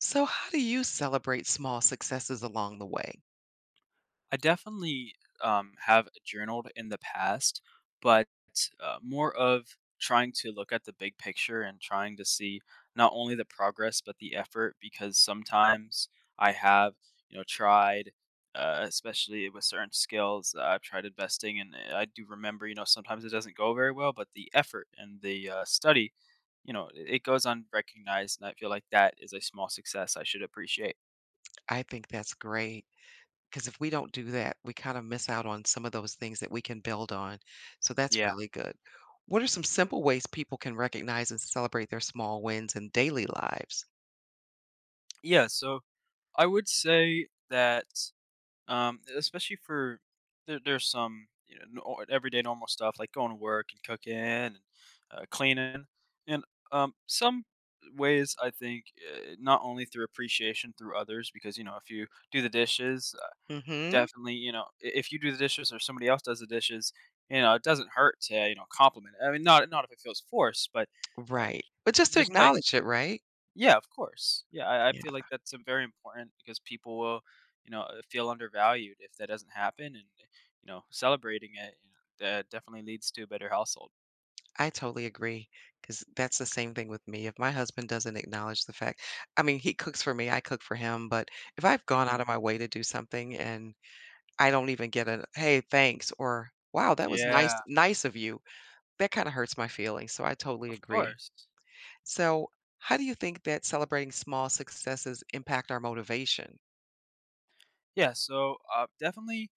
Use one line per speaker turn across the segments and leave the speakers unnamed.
So, how do you celebrate small successes along the way?
I definitely have journaled in the past, but more of trying to look at the big picture and trying to see not only the progress, but the effort, because sometimes I have, tried, especially with certain skills. I've tried investing, and I do remember, sometimes it doesn't go very well, but the effort and the study, it goes unrecognized, and I feel like that is a small success I should appreciate.
I think that's great because if we don't do that, we kind of miss out on some of those things that we can build on. So, that's
Yeah.
really good. What are some simple ways people can recognize and celebrate their small wins in daily lives?
Yeah, so I would say that, especially there's some everyday normal stuff like going to work and cooking and cleaning, and some ways I think not only through appreciation through others, because if you do the dishes,
hmm
definitely, if you do the dishes or somebody else does the dishes, it doesn't hurt to compliment. I mean, not if it feels forced, but uh,
Right. But just to
just like,
acknowledge it, right?
yeah, of course. Yeah, I
Yeah,
feel like that's very important because people will, feel undervalued if that doesn't happen, and celebrating it, that definitely leads to a better household.
I totally agree because that's the same thing with me. If my husband doesn't acknowledge the fact, I mean, he cooks for me, I cook for him, but if I've gone
Mhm.
out of my way to do something and I don't even get a, "Hey, thanks," or, "Wow, that was nice
Yeah,
nice of you." That kinda hurts my feelings, so I totally
of
agree.
course.
So, how do you think that celebrating small successes impact our motivation?
Yeah, so definitely,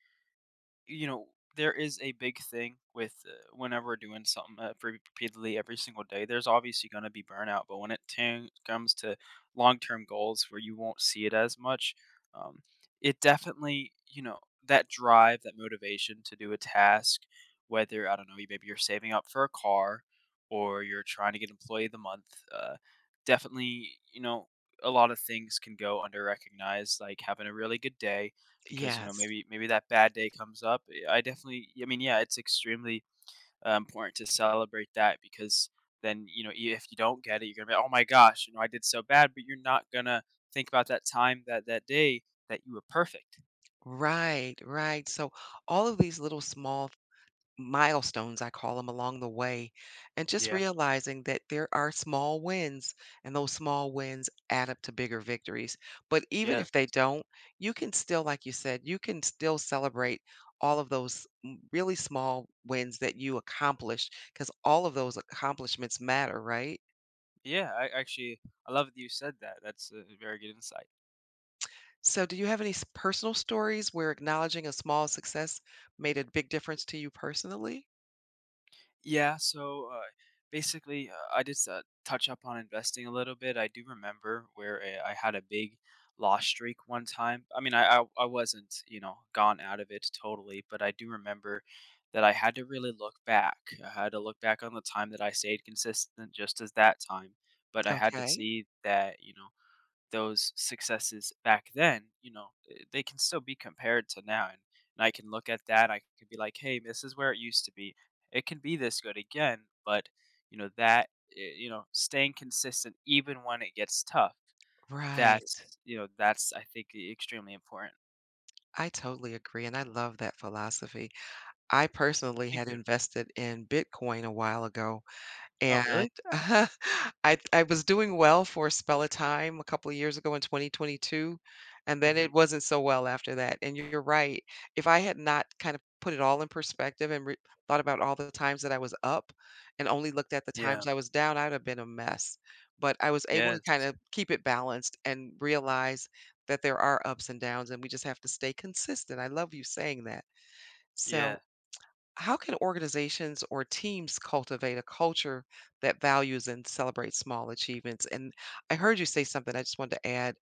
you know, there is a big thing with whenever we're doing something repeatedly every single day. There's obviously going to be burnout, but when it comes to long-term goals where you won't see it as much, um, it definitely, that drive, that motivation to do a task, whether, I don't know, you maybe you're saving up for a car or you're trying to get employee of the month. uh, Definitely, a lot of things can go under recognized, like having a really good day, because,
Yes.
maybe that bad day comes up. I definitely, I mean, yeah, it's extremely, important to celebrate that, because then, you know, e if you don't get it, you're gonna be, "Oh my gosh, I did so bad," but you're not gonna think about that time, that day that you were perfect.
Right, right. So all of these little small milestones, I call them, along the way, and just
Yeah.
realizing that there are small wins, and those small wins add up to bigger victories. But even
Yeah.
if they don't, you can still, like you said, you can still celebrate all of those really small wins that you accomplished because all of those accomplishments matter, right?
Yeah, I love that you said that. That's a very good insight.
So, do you have any personal stories where acknowledging a small success made a big difference to you personally?
Yeah, so basically, I just touch up on investing a little bit. I do remember where I had a big loss streak one time. I mean, I wasn't, gone out of it totally, but I do remember that I had to really look back. I had to look back on the time that I stayed consistent, just as that time. But I had to
Okay.
see that, those successes back then, they can still be compared to now, and I can look at that. I could be like, "Hey, this is where it used to be. It can be this good again," but, you know, that, eh, you know, staying consistent even when it gets tough,
Right.
that's, I think, e extremely important.
I totally agree. And I love that philosophy. I personally
Thank
had
you.
invested in Bitcoin a while ago,
Oh,
and
really?
I was doing well for a spell of time a couple of years ago in 2022, and then
Mhm.
it wasn't so well after that. And you're right. If I had not kind of put it all in perspective and thought about all the times that I was up and only looked at the
Yeah.
times I was down, I'd have been a mess. But I was able to
Yes.
kind of keep it balanced and realize that there are ups and downs, and we just have to stay consistent. I love you saying that. So
Yeah.
how can organizations or teams cultivate a culture that values and celebrates small achievements? And I heard you say something I just wanted to add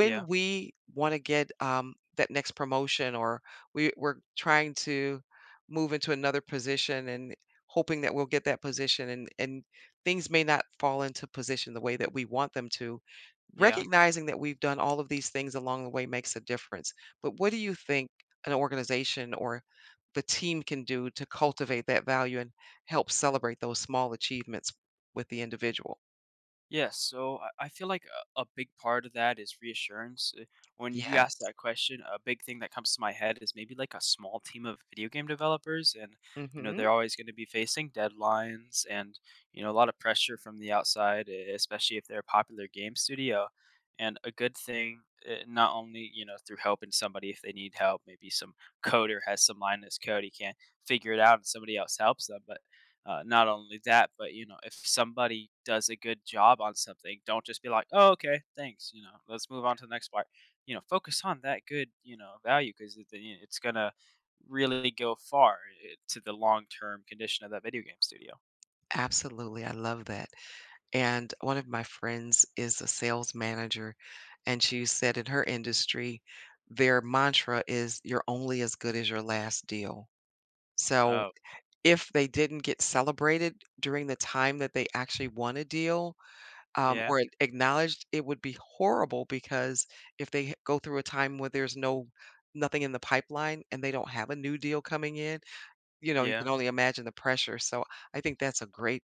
Yeah.
we want to get that next promotion or we're trying to move into another position and hoping that we'll get that position and things may not fall into position the way that we want them to,
Yeah.
recognizing that we've done all of these things along the way makes a difference. But what do you think an organization or the team can do to cultivate that value and help celebrate those small achievements with the individual?
Yeah, so I feel like a big part of that is reassurance. When you
Yes.
ask that question, a big thing that comes to my head is maybe like a small team of video game developers, and
Hmm.
they're always going to be facing deadlines and a lot of pressure from the outside, especially if they're a popular game studio. And a good thing, not only through helping somebody if they need help. Maybe some coder has some line in his code he can't figure it out, and somebody else helps them. But not only that, but, if somebody does a good job on something, don't just be like, "Oh, okay, thanks." You know, let's move on to the next part. You know, focus on that good, value, because it's gonna really go far, to the long term condition of that video game studio.
Absolutely, I love that. And one of my friends is a sales manager, and she said in her industry, their mantra is you're only as good as your last deal. So
Oh,
if they didn't get celebrated during the time that they actually won a deal,
yeah,
or acknowledged, it would be horrible because if they go through a time where there's no nothing in the pipeline and they don't have a new deal coming in, you know, you
yeah,
can only imagine the pressure. So I think that's a great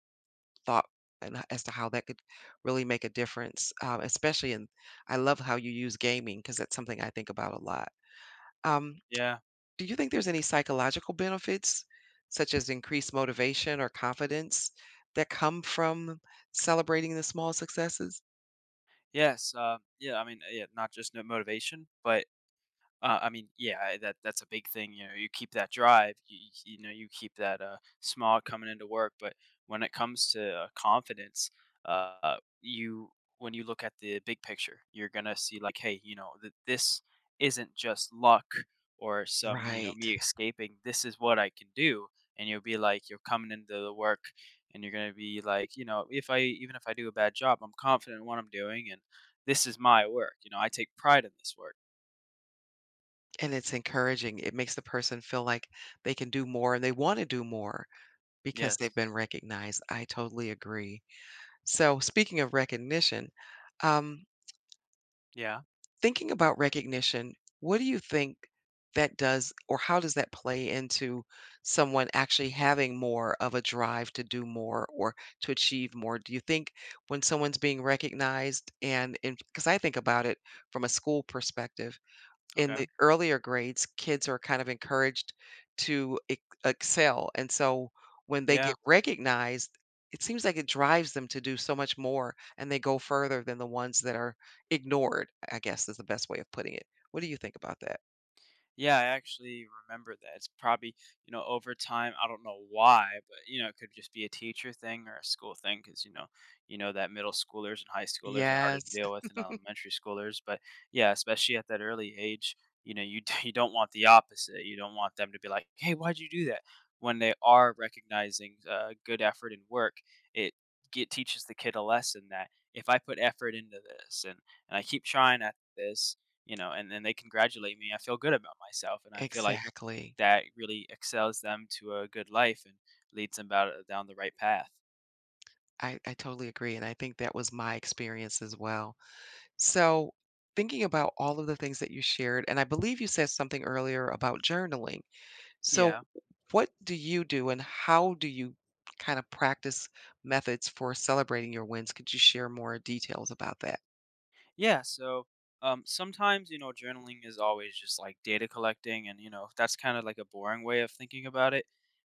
thought and as to how that could really make a difference, especially in. I love how you use gaming because that's something I think about a lot. Um,
yeah,
do you think there's any psychological benefits, such as increased motivation or confidence, that come from celebrating the small successes?
yes, yeah. I mean, yeah, not just no motivation, but I mean, yeah, that's a big thing. You know, you keep that drive. You keep that smog coming into work. But when it comes to confidence, you when you look at the big picture, you're gonna see like, hey, that this isn't just luck or some,
Right.
me escaping. This is what I can do, and you'll be like, you're coming into the work, and you're gonna be like, if I even if I do a bad job, I'm confident in what I'm doing, and this is my work. You know, I take pride in this work.
And it's encouraging. It makes the person feel like they can do more and they want to do more because they've been
Yes.
recognized. I totally agree. So, speaking of recognition, um,
Yeah.
thinking about recognition, what do you think that does or how does that play into someone actually having more of a drive to do more or to achieve more? Do you think when someone's being recognized, and because I think about it from a school perspective, in
Okay.
the earlier grades, kids are kind of encouraged to ex excel, and so when they
Yeah.
get recognized, it seems like it drives them to do so much more, and they go further than the ones that are ignored, I guess is the best way of putting it. What do you think about that?
Yeah. I actually remember that. It's probably, over time. I don't know why, but, it could just be a teacher thing or a school thing, because, you know that middle schoolers and high schoolers are harder to
Yes,
deal with than elementary schoolers. But yeah, especially at that early age, you don't want the opposite. You don't want them to be like, hey, why'd you do that? When they are recognizing good effort and work, it teaches the kid a lesson that if I put effort into this and, I keep trying at this, and then they congratulate me, I feel good about myself, and I feel like
exactly.
that really excels them to a good life and leads them about down the right path.
I totally agree. And I think that was my experience as well. So, thinking about all of the things that you shared, and I believe you said something earlier about journaling. So,
Yeah.
what do you do and how do you kind of practice methods for celebrating your wins? Could you share more details about that?
Yeah. So, sometimes, journaling is always just like data collecting. And, that's kind of like a boring way of thinking about it.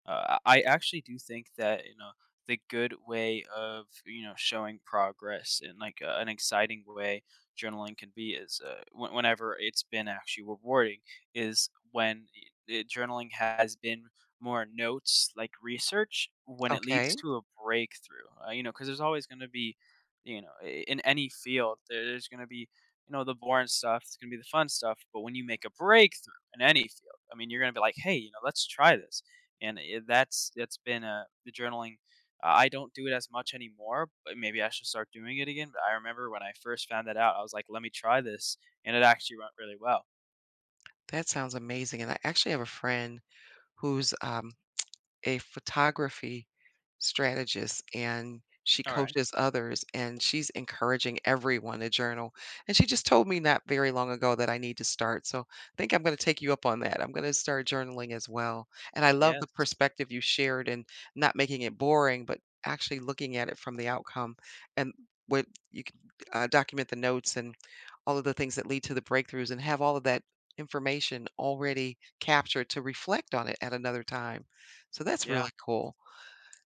I actually do think that, the good way of, showing progress, and like, an exciting way journaling can be is, whenever it's been actually rewarding, is when journaling has been more notes, like research, when it leads
Okay,
to a breakthrough. Because there's always going to be, in any field, there's going to be, the boring stuff, it's going to be the fun stuff. But when you make a breakthrough in any field, I mean, you're going to be like, hey, let's try this. And it, that's been a the journaling. I don't do it as much anymore, but maybe I should start doing it again. But I remember when I first found that out, I was like, "Let me try this," and it actually went really well.
that sounds amazing. And I actually have a friend who's a photography strategist and she
All right.
coaches others and she's encouraging everyone to journal. And she just told me not very long ago that I need to start. So I think I'm going to take you up on that. I'm going to start journaling as well. And I love the
Yes.
perspective you shared and not making it boring, but actually looking at it from the outcome and what you can document, the notes and all of the things that lead to the breakthroughs, and have all of that information already captured to reflect on it at another time. So that's
Yeah.
really cool.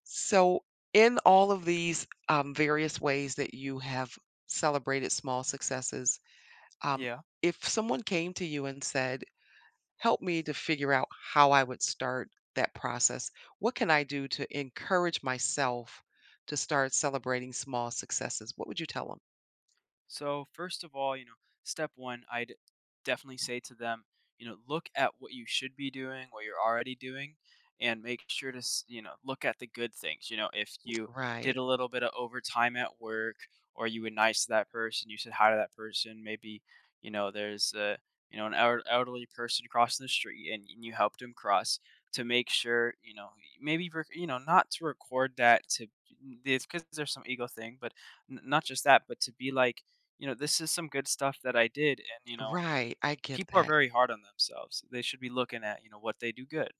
So, in all of these various ways that you have celebrated small successes, um,
Yeah.
if someone came to you and said, "Help me to figure out how I would start that process, what can I do to encourage myself to start celebrating small successes?" What would you tell them?
So, first of all, step one, I'd definitely say to them, look at what you should be doing, what you're already doing, and make sure to, look at the good things. You know, if you did
Right,
a little bit of overtime at work, or you were nice to that person, you said hi to that person, maybe, there's an elderly person crossing the street, and you helped him cross, to make sure, maybe, not to record that to, because there's some ego thing, but not just that, but to be like, this is some good stuff that I did. And,
right. I get
people are
that.
very hard on themselves. They should be looking at, what they do good.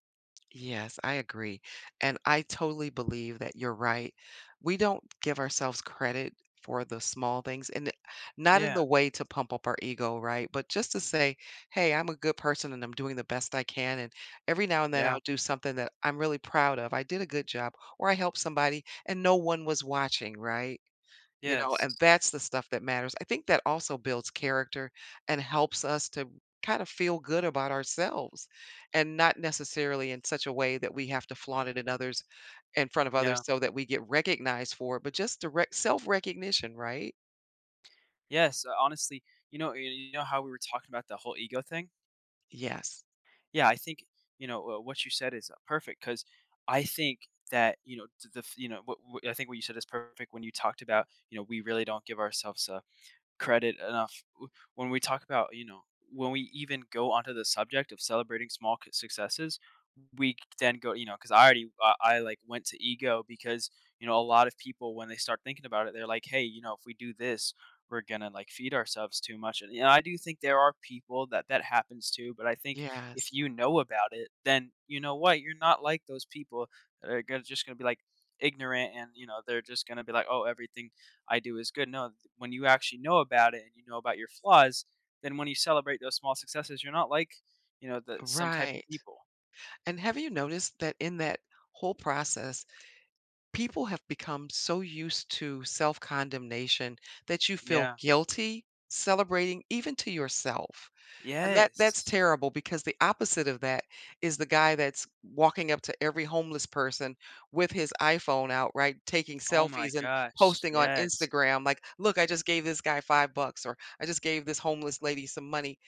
Yes, I agree. And I totally believe that you're right. We don't give ourselves credit for the small things not in
Yeah.
the way to pump up our ego, right? But just to say, hey, I'm a good person and I'm doing the best I can. And every now and then
Yeah.
I'll do something that I'm really proud of. I did a good job or I helped somebody and no one was watching, right? You know,
Yes.
and that's the stuff that matters. I think that also builds character and helps us to kind of feel good about ourselves and not necessarily in such a way that we have to flaunt it in others, in front of
Yeah.
others, so that we get recognized for it, but just direct self-recognition, right?
Yes. Honestly, you know how we were talking about the whole ego thing?
Yes.
Yeah. I think, what you said is perfect, because I think that, you know, th- the, f- you know, I think what you said is perfect when you talked about, we really don't give ourselves a credit enough, when we talk about, when we even go onto the subject of celebrating small successes, we then go, because I like went to ego, because a lot of people, when they start thinking about it, they're like, hey, if we do this, we're gonna like feed ourselves too much, and, I do think there are people that that happens to, but I think if
Yes.
you know about it, then you know what, you're not like those people that are just gonna be like ignorant, and they're just gonna be like, oh, everything I do is good. No, when you actually know about it and you know about your flaws, then when you celebrate those small successes, you're not like, the some type of
Right.
people.
And have you noticed that in that whole process, people have become so used to self-condemnation that you feel
Yeah.
guilty celebrating even to yourself? And that that's
Yes.
terrible because the opposite of that is the guy that's walking up to every homeless person with his iPhone out, right, taking
Oh my
selfies and
gosh.
posting on
Yes.
Instagram like, "Look, I just gave this guy 5 bucks," or "I just gave this homeless lady some money."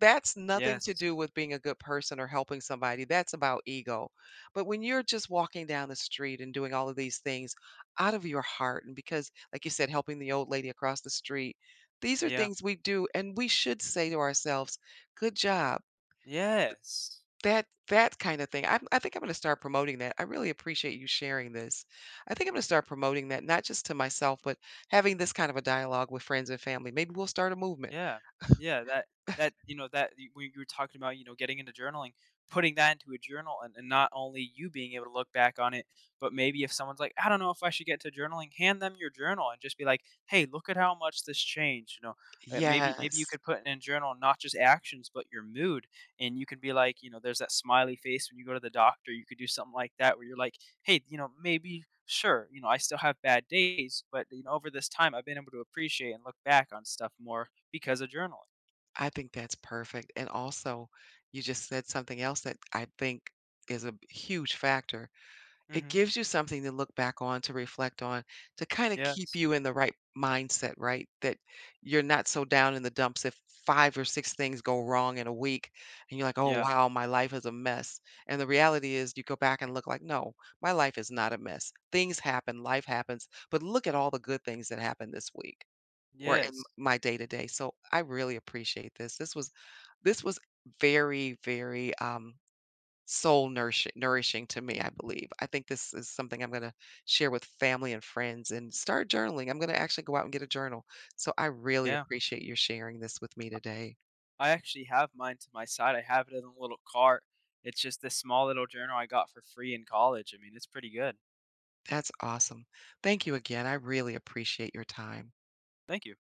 That's nothing to
Yes.
do with being a good person or helping somebody. That's about ego. But when you're just walking down the street and doing all of these things out of your heart, and because, like you said, helping the old lady across the street, these are
Yeah.
things we do, and we should say to ourselves, "Good job."
Yes.
That that kind of thing. I think I'm going to start promoting that. I really appreciate you sharing this. I think I'm going to start promoting that, not just to myself, but having this kind of a dialogue with friends and family. Maybe we'll start a movement.
Yeah. Yeah, that that, you know, that y when you were talking about, getting into journaling, putting that into a journal, and not only you being able to look back on it, but maybe if someone's like, "I don't know if I should get to journaling," hand them your journal and just be like, "Hey, look at how much this changed," you know? Maybe you
Yes,
could put in a journal not just actions, but your mood, and you can be like, there's that smiley face when you go to the doctor, you could do something like that where you're like, "Hey, maybe sure, I still have bad days, but, over this time, I've been able to appreciate and look back on stuff more," because of journaling.
I think that's perfect, and also, you just said something else that I think is a huge factor. It
Mm-hmm.
gives you something to look back on, to reflect on, to kinda keep
Yes.
you in the right mindset, right? That you're not so down in the dumps if 5 or 6 things go wrong in a week, and you're like, "Oh,
Yeah.
wow, my life is a mess." And the reality is you go back and look like, "No, my life is not a mess. Things happen, life happens, but look at all the good things that happened this week or in
Yes.
my day to day." So, I really appreciate this. This was this was very, very, soul nourishing to me, I believe. I think this is something I'm gonna share with family and friends and start journaling. I'm gonna actually go out and get a journal. So I really
Yeah.
appreciate your sharing this with me today.
I actually have mine to my side. I have it in a little cart. It's just this small little journal I got for free in college. I mean, it's pretty good.
That's awesome. Thank you again. I really appreciate your time.
Thank you.